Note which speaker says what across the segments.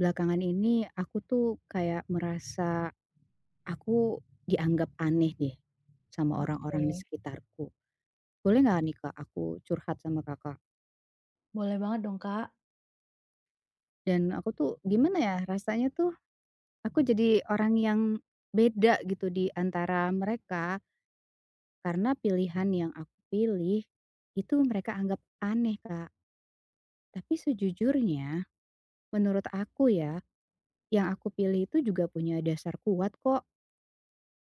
Speaker 1: Belakangan ini aku tuh kayak merasa aku dianggap aneh deh sama orang-orang di
Speaker 2: Oke,
Speaker 1: sekitarku. Boleh nggak nih Kak aku curhat sama Kakak?
Speaker 2: boleh banget dong, Kak.
Speaker 1: Dan aku tuh gimana ya rasanya tuh aku jadi orang yang beda gitu di antara mereka karena pilihan yang aku pilih itu mereka anggap aneh Kak. Tapi sejujurnya menurut aku ya yang aku pilih itu juga punya dasar kuat kok.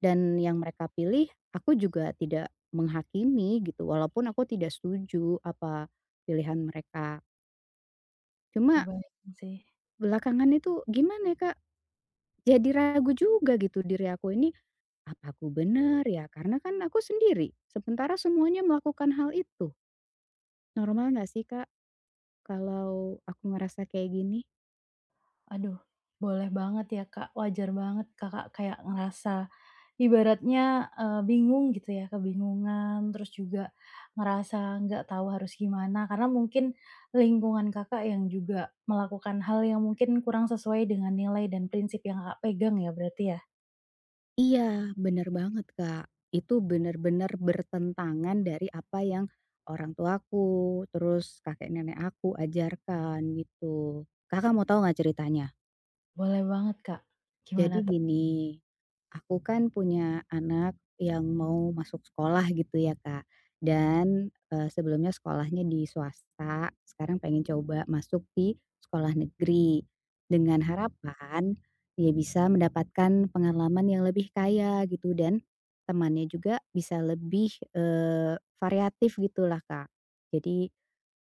Speaker 1: Dan yang mereka pilih, aku juga tidak menghakimi gitu, walaupun aku tidak setuju apa pilihan mereka. Cuma
Speaker 2: Kebayang sih.
Speaker 1: belakangan itu gimana ya, Kak, jadi ragu juga gitu diri aku ini, "Apa aku bener ya?" Karena kan aku sendiri, sementara semuanya melakukan hal itu. Normal nggak sih, Kak, kalau aku ngerasa kayak gini?
Speaker 2: Aduh, boleh banget ya, Kak. Wajar banget Kakak kayak ngerasa ibaratnya, bingung gitu ya, kebingungan, terus juga ngerasa nggak tahu harus gimana, karena mungkin lingkungan Kakak yang juga melakukan hal yang mungkin kurang sesuai dengan nilai dan prinsip yang Kakak pegang ya berarti ya?
Speaker 1: Iya, bener banget, Kak. Itu bener-bener bertentangan dari apa yang orang tuaku, terus kakek nenek aku ajarkan gitu. Kakak mau tahu nggak ceritanya?
Speaker 2: Boleh banget, Kak. Gimana
Speaker 1: Jadi
Speaker 2: tuh?
Speaker 1: gini, aku kan punya anak yang mau masuk sekolah gitu ya Kak, dan, sebelumnya sekolahnya di swasta, sekarang pengen coba masuk di sekolah negeri, dengan harapan dia bisa mendapatkan pengalaman yang lebih kaya gitu dan temannya juga bisa lebih, variatif gitulah Kak. Jadi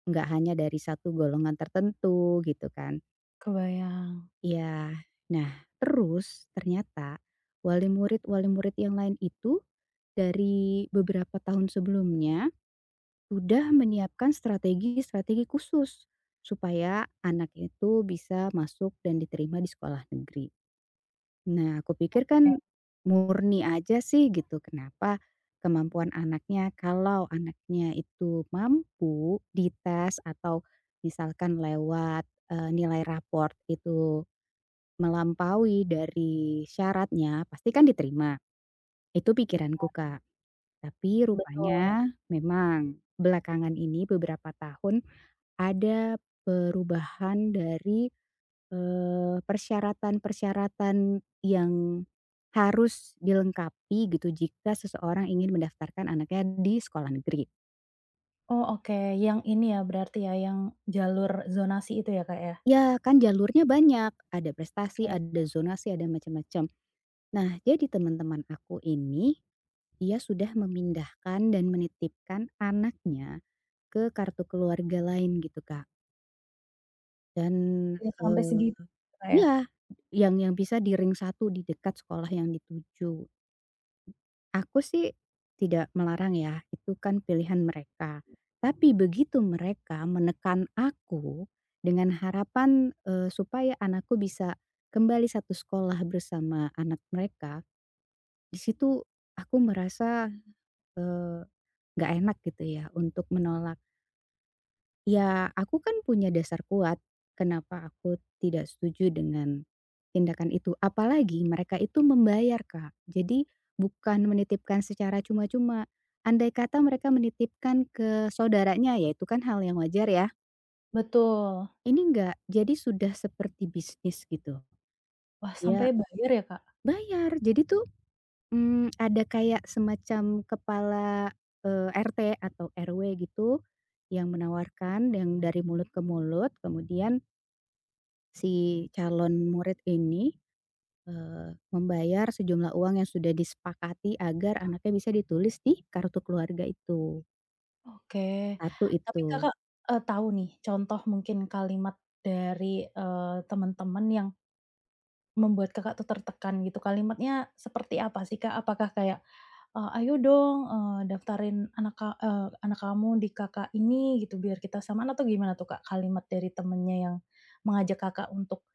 Speaker 1: nggak hanya dari satu golongan tertentu gitu kan.
Speaker 2: Kebayang.
Speaker 1: Iya. Nah, terus ternyata wali murid-wali murid yang lain itu dari beberapa tahun sebelumnya sudah menyiapkan strategi-strategi khusus supaya anak itu bisa masuk dan diterima di sekolah negeri. Nah, aku pikir kan
Speaker 2: Kayak
Speaker 1: murni aja sih gitu. Kenapa kemampuan anaknya kalau anaknya itu mampu dites atau misalkan lewat, nilai raport itu melampaui dari syaratnya, pasti kan diterima, itu pikiranku, Kak. Tapi
Speaker 2: betul.
Speaker 1: rupanya memang belakangan ini beberapa tahun ada perubahan dari, persyaratan-persyaratan yang harus dilengkapi gitu jika seseorang ingin mendaftarkan anaknya di sekolah negeri.
Speaker 2: Oh, oke. Yang ini ya berarti ya, yang jalur zonasi itu ya, Kak, ya?
Speaker 1: Ya kan jalurnya banyak, ada prestasi,
Speaker 2: Kayak
Speaker 1: ada zonasi, ada macam-macam. Nah jadi teman-teman aku ini dia sudah memindahkan dan menitipkan anaknya ke kartu keluarga lain gitu, Kak. Dan,
Speaker 2: kayak sampai
Speaker 1: eee
Speaker 2: segitu, Kak, ya?
Speaker 1: iya, yang bisa di ring 1 di dekat sekolah yang dituju. Aku sih tidak melarang ya, itu kan pilihan mereka. Tapi begitu mereka menekan aku dengan harapan, supaya anakku bisa kembali satu sekolah bersama anak mereka, di situ aku merasa, eee, nggak enak gitu ya untuk menolak. Ya, aku kan punya dasar kuat kenapa aku tidak setuju dengan tindakan itu, apalagi mereka itu membayar, Kak. Jadi bukan menitipkan secara cuma-cuma. Andai kata mereka menitipkan ke saudaranya, ya itu kan hal yang wajar ya.
Speaker 2: Betul.
Speaker 1: Ini enggak, jadi sudah seperti bisnis gitu.
Speaker 2: Wah, sampai
Speaker 1: Ya
Speaker 2: bayar ya, Kak?
Speaker 1: bayar, jadi tuh, ada kayak semacam kepala, RT atau RW gitu yang menawarkan yang dari mulut ke mulut, kemudian si calon murid ini, membayar sejumlah uang yang sudah disepakati agar anaknya bisa ditulis di kartu keluarga itu,
Speaker 2: Oke.
Speaker 1: satu
Speaker 2: Tapi
Speaker 1: itu.
Speaker 2: Kakak, tahu nih contoh mungkin kalimat dari, teman-teman yang membuat Kakak tuh tertekan gitu, kalimatnya seperti apa sih, Kak? Apakah kayak, "Ayo dong, daftarin anak kamu di Kakak ini," gitu, "biar kita samaan," atau gimana tuh, Kak, kalimat dari temennya yang mengajak Kakak untuk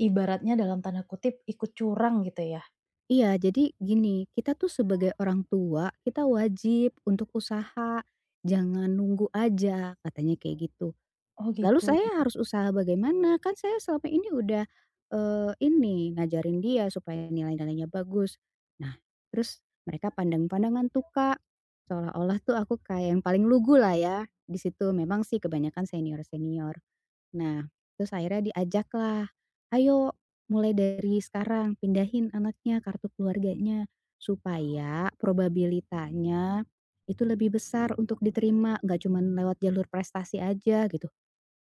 Speaker 2: ibaratnya dalam tanda kutip ikut curang gitu ya?
Speaker 1: Iya, jadi gini, kita tuh sebagai orang tua, kita wajib untuk usaha, jangan nunggu aja, katanya kayak gitu.
Speaker 2: Oh
Speaker 1: Lalu
Speaker 2: gitu,
Speaker 1: saya harus usaha bagaimana? Kan saya selama ini udah, ini ngajarin dia supaya nilai-nilainya bagus. Nah, terus mereka pandang-pandangan tuh, Kak, seolah-olah tuh aku kayak yang paling lugu lah ya di situ, memang sih kebanyakan senior-senior. Nah, terus akhirnya diajak lah, "Ayo mulai dari sekarang pindahin anaknya kartu keluarganya, supaya probabilitanya itu lebih besar untuk diterima, nggak cuma lewat jalur prestasi aja," gitu.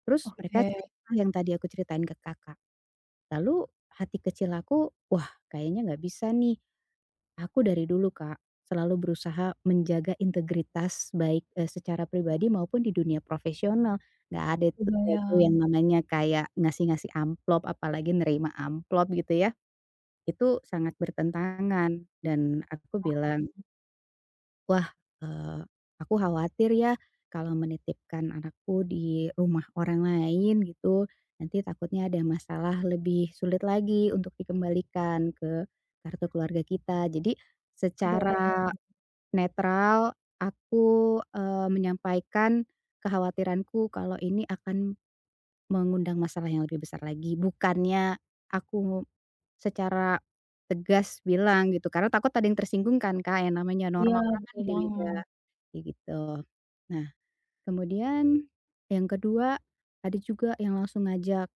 Speaker 1: Terus mereka
Speaker 2: oke.
Speaker 1: cerita yang tadi aku ceritain ke Kakak. Lalu hati kecil aku, wah kayaknya nggak bisa nih. Aku dari dulu Kak, selalu berusaha menjaga integritas baik, secara pribadi maupun di dunia profesional. Nggak ada itu
Speaker 2: Kebayang,
Speaker 1: yang namanya kayak ngasih-ngasih amplop, apalagi nerima amplop gitu ya. Itu sangat bertentangan dan aku
Speaker 2: ah,
Speaker 1: bilang, "Wah, eee, aku khawatir ya kalau menitipkan anakku di rumah orang lain gitu, nanti takutnya ada masalah lebih sulit lagi untuk dikembalikan ke kartu keluarga kita." Jadi
Speaker 2: kebayang
Speaker 1: secara
Speaker 2: sih.
Speaker 1: netral aku, menyampaikan kekhawatiranku kalau ini akan mengundang masalah yang lebih besar lagi, bukannya aku secara tegas bilang gitu, karena takut ada yang tersinggung kan Kak, yang namanya
Speaker 2: Iya,
Speaker 1: norma orang kan
Speaker 2: betul
Speaker 1: beda-beda.
Speaker 2: banget.
Speaker 1: Kayak gitu. Nah, kemudian yang kedua, ada juga yang langsung ngajak,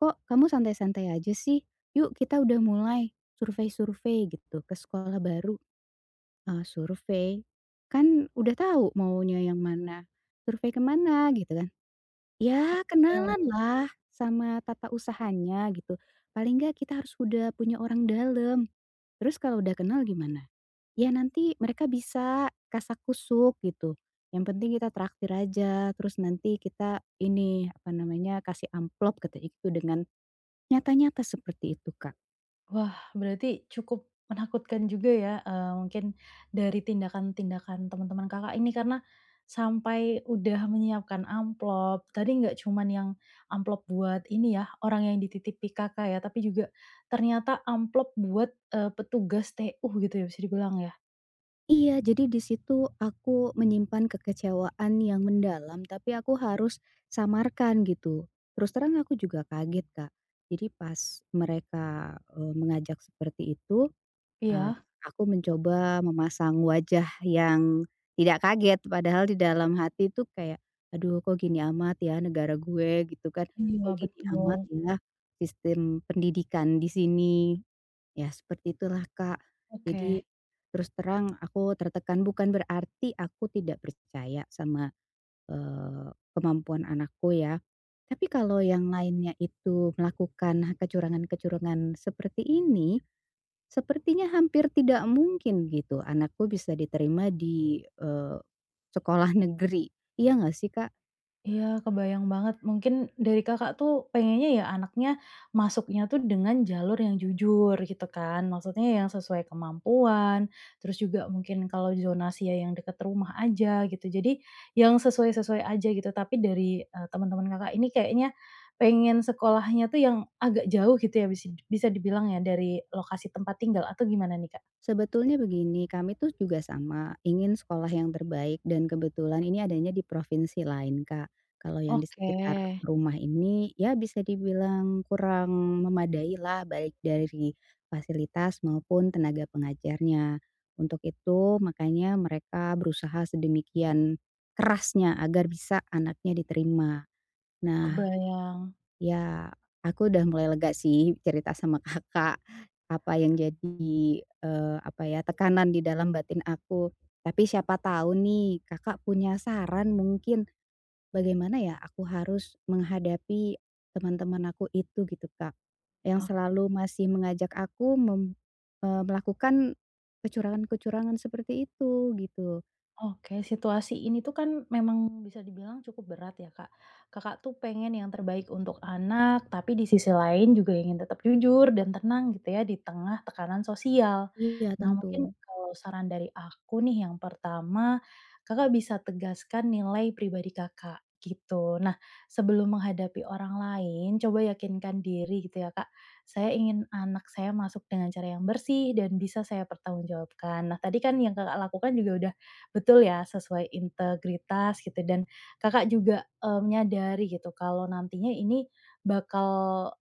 Speaker 1: "Kok kamu santai-santai aja sih? Yuk kita udah mulai survei-survei gitu ke sekolah baru." Survei? Kan udah tahu maunya yang mana, survei kemana? Gitu kan. Ya
Speaker 2: Oh,
Speaker 1: kenalan lah sama tata usahanya gitu, paling nggak kita harus udah punya orang dalam. Terus kalau udah kenal gimana? Ya nanti mereka bisa kasak kusuk gitu, yang penting kita traktir aja, terus nanti kita ini, apa namanya, kasih amplop katanya itu dengan nyata-nyata seperti itu, Kak.
Speaker 2: wah, berarti cukup menakutkan juga ya, mungkin dari tindakan-tindakan teman-teman Kakak ini karena sampai udah menyiapkan amplop, tadi nggak cuman yang amplop buat ini ya, orang yang dititipi Kakak ya, tapi juga ternyata amplop buat, petugas TU gitu ya, bisa dibilang ya?
Speaker 1: Iya, jadi di situ aku menyimpan kekecewaan yang mendalam, tapi aku harus samarkan gitu. Terus terang aku juga kaget, Kak. Jadi pas mereka, mengajak seperti itu, Eee,
Speaker 2: Iya?
Speaker 1: aku mencoba memasang wajah yang tidak kaget, padahal di dalam hati tuh kayak, "Aduh kok gini amat ya negara gue," gitu kan, "Kok
Speaker 2: Iya,
Speaker 1: gini amat
Speaker 2: betul.
Speaker 1: ya sistem pendidikan di sini." Ya seperti itulah, Kak. Jadi
Speaker 2: Oke.
Speaker 1: terus terang aku tertekan, bukan berarti aku tidak percaya sama, kemampuan anakku ya. Tapi kalau yang lainnya itu melakukan kecurangan-kecurangan seperti ini, sepertinya hampir tidak mungkin gitu anakku bisa diterima di, sekolah negeri, iya nggak sih, Kak?
Speaker 2: Iya, kebayang banget. Mungkin dari Kakak tuh pengennya ya anaknya masuknya tuh dengan jalur yang jujur gitu kan. Maksudnya yang sesuai kemampuan, terus juga mungkin kalau zonasi ya yang dekat rumah aja gitu. Jadi yang sesuai-sesuai aja gitu. Tapi dari teman-teman Kakak ini kayaknya pengen sekolahnya tuh yang agak jauh gitu ya bisa bisa dibilang ya dari lokasi tempat tinggal atau gimana nih, Kak?
Speaker 1: Sebetulnya begini, kami tuh juga sama, ingin sekolah yang terbaik dan kebetulan ini adanya di provinsi lain, Kak. Kalau yang di
Speaker 2: Oke.
Speaker 1: sekitar rumah ini, ya bisa dibilang kurang memadai lah baik dari fasilitas maupun tenaga pengajarnya. Untuk itu makanya mereka berusaha sedemikian kerasnya agar bisa anaknya diterima. Nah,
Speaker 2: Kebayang.
Speaker 1: ya aku udah mulai lega sih cerita sama Kakak, apa yang jadi, apa ya, tekanan di dalam batin aku. Tapi siapa tahu nih Kakak punya saran mungkin bagaimana ya aku harus menghadapi teman-teman aku itu gitu, Kak, yang selalu masih mengajak aku melakukan kecurangan-kecurangan seperti itu gitu.
Speaker 2: Oke, situasi ini tuh kan memang bisa dibilang cukup berat ya, Kak. Kakak tuh pengen yang terbaik untuk anak, tapi di sisi lain juga ingin tetap jujur dan tenang gitu ya di tengah tekanan sosial.
Speaker 1: Iya
Speaker 2: Nah,
Speaker 1: tentu.
Speaker 2: mungkin kalau saran dari aku nih yang pertama, Kakak bisa tegaskan nilai pribadi Kakak gitu. Nah, sebelum menghadapi orang lain, coba yakinkan diri gitu ya, Kak. Saya ingin anak saya masuk dengan cara yang bersih dan bisa saya pertanggungjawabkan. Nah, tadi kan yang Kakak lakukan juga udah betul ya, sesuai integritas gitu dan Kakak juga, menyadari gitu kalau nantinya ini bakal,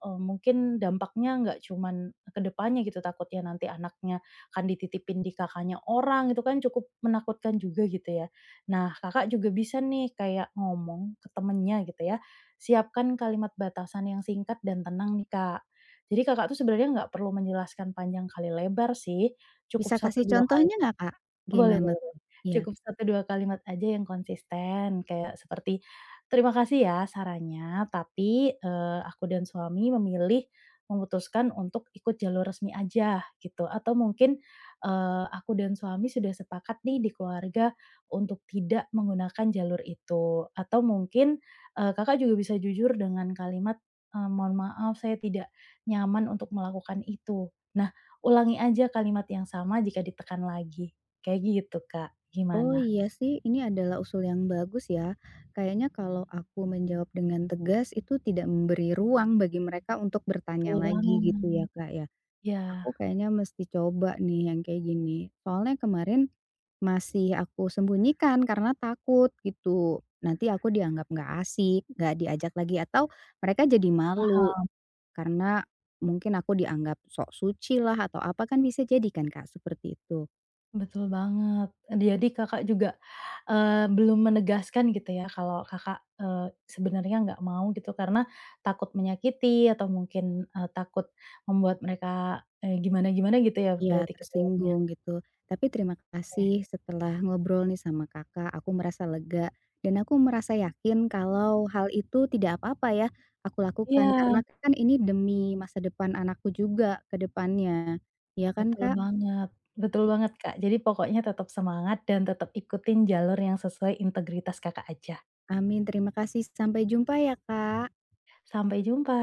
Speaker 2: mungkin dampaknya nggak cuman ke depannya gitu, takutnya nanti anaknya akan dititipin di kakaknya orang, itu kan cukup menakutkan juga gitu ya. Nah, Kakak juga bisa nih kayak ngomong ke temennya gitu ya, siapkan kalimat batasan yang singkat dan tenang nih, Kak. Jadi Kakak tuh sebenarnya nggak perlu menjelaskan panjang kali lebar sih, cukup
Speaker 1: Bisa
Speaker 2: satu
Speaker 1: kasih
Speaker 2: 2 kali
Speaker 1: contohnya nggak, Kak?
Speaker 2: boleh
Speaker 1: Gimana
Speaker 2: boleh boleh.
Speaker 1: tuh? Iya.
Speaker 2: Cukup satu 2 kalimat aja yang konsisten, kayak seperti, "Terima kasih ya sarannya, tapi, aku dan suami memilih memutuskan untuk ikut jalur resmi aja," gitu. Atau mungkin, "Aku dan suami sudah sepakat nih di keluarga untuk tidak menggunakan jalur itu." Atau mungkin, Kakak juga bisa jujur dengan kalimat, "Mohon maaf saya tidak nyaman untuk melakukan itu." Nah, ulangi aja kalimat yang sama jika ditekan lagi. Kayak gitu, Kak.
Speaker 1: Oh
Speaker 2: Gimana?
Speaker 1: iya sih, ini adalah usul yang bagus ya. Kayaknya kalau aku menjawab dengan tegas itu tidak memberi ruang bagi mereka untuk
Speaker 2: Betul
Speaker 1: bertanya lagi
Speaker 2: banget.
Speaker 1: gitu ya Kak ya.
Speaker 2: Iya,
Speaker 1: Aku kayaknya mesti coba nih yang kayak gini. Soalnya kemarin masih aku sembunyikan karena takut gitu. Nanti aku dianggap nggak asik, nggak diajak lagi atau mereka jadi malu
Speaker 2: paham,
Speaker 1: karena mungkin aku dianggap sok suci lah atau apa kan bisa jadi kan Kak seperti itu.
Speaker 2: betul banget. Jadi Kakak juga, belum menegaskan gitu ya kalau Kakak, sebenarnya nggak mau gitu karena takut menyakiti atau mungkin, takut membuat mereka, gimana-gimana gitu ya
Speaker 1: Iya,
Speaker 2: berarti kebayangnya?
Speaker 1: tersinggung gitu. Tapi terima
Speaker 2: Oke.
Speaker 1: kasih setelah ngobrol nih sama Kakak, aku merasa lega dan aku merasa yakin kalau hal itu tidak apa-apa ya aku lakukan
Speaker 2: Iya,
Speaker 1: karena kan ini demi masa depan anakku juga ke depannya. Iya kan,
Speaker 2: betul
Speaker 1: Kak?
Speaker 2: banget betul banget, Kak. Jadi pokoknya tetap semangat dan tetap ikutin jalur yang sesuai integritas Kakak aja.
Speaker 1: Amin, terima kasih. Sampai jumpa ya, Kak.
Speaker 2: Sampai jumpa.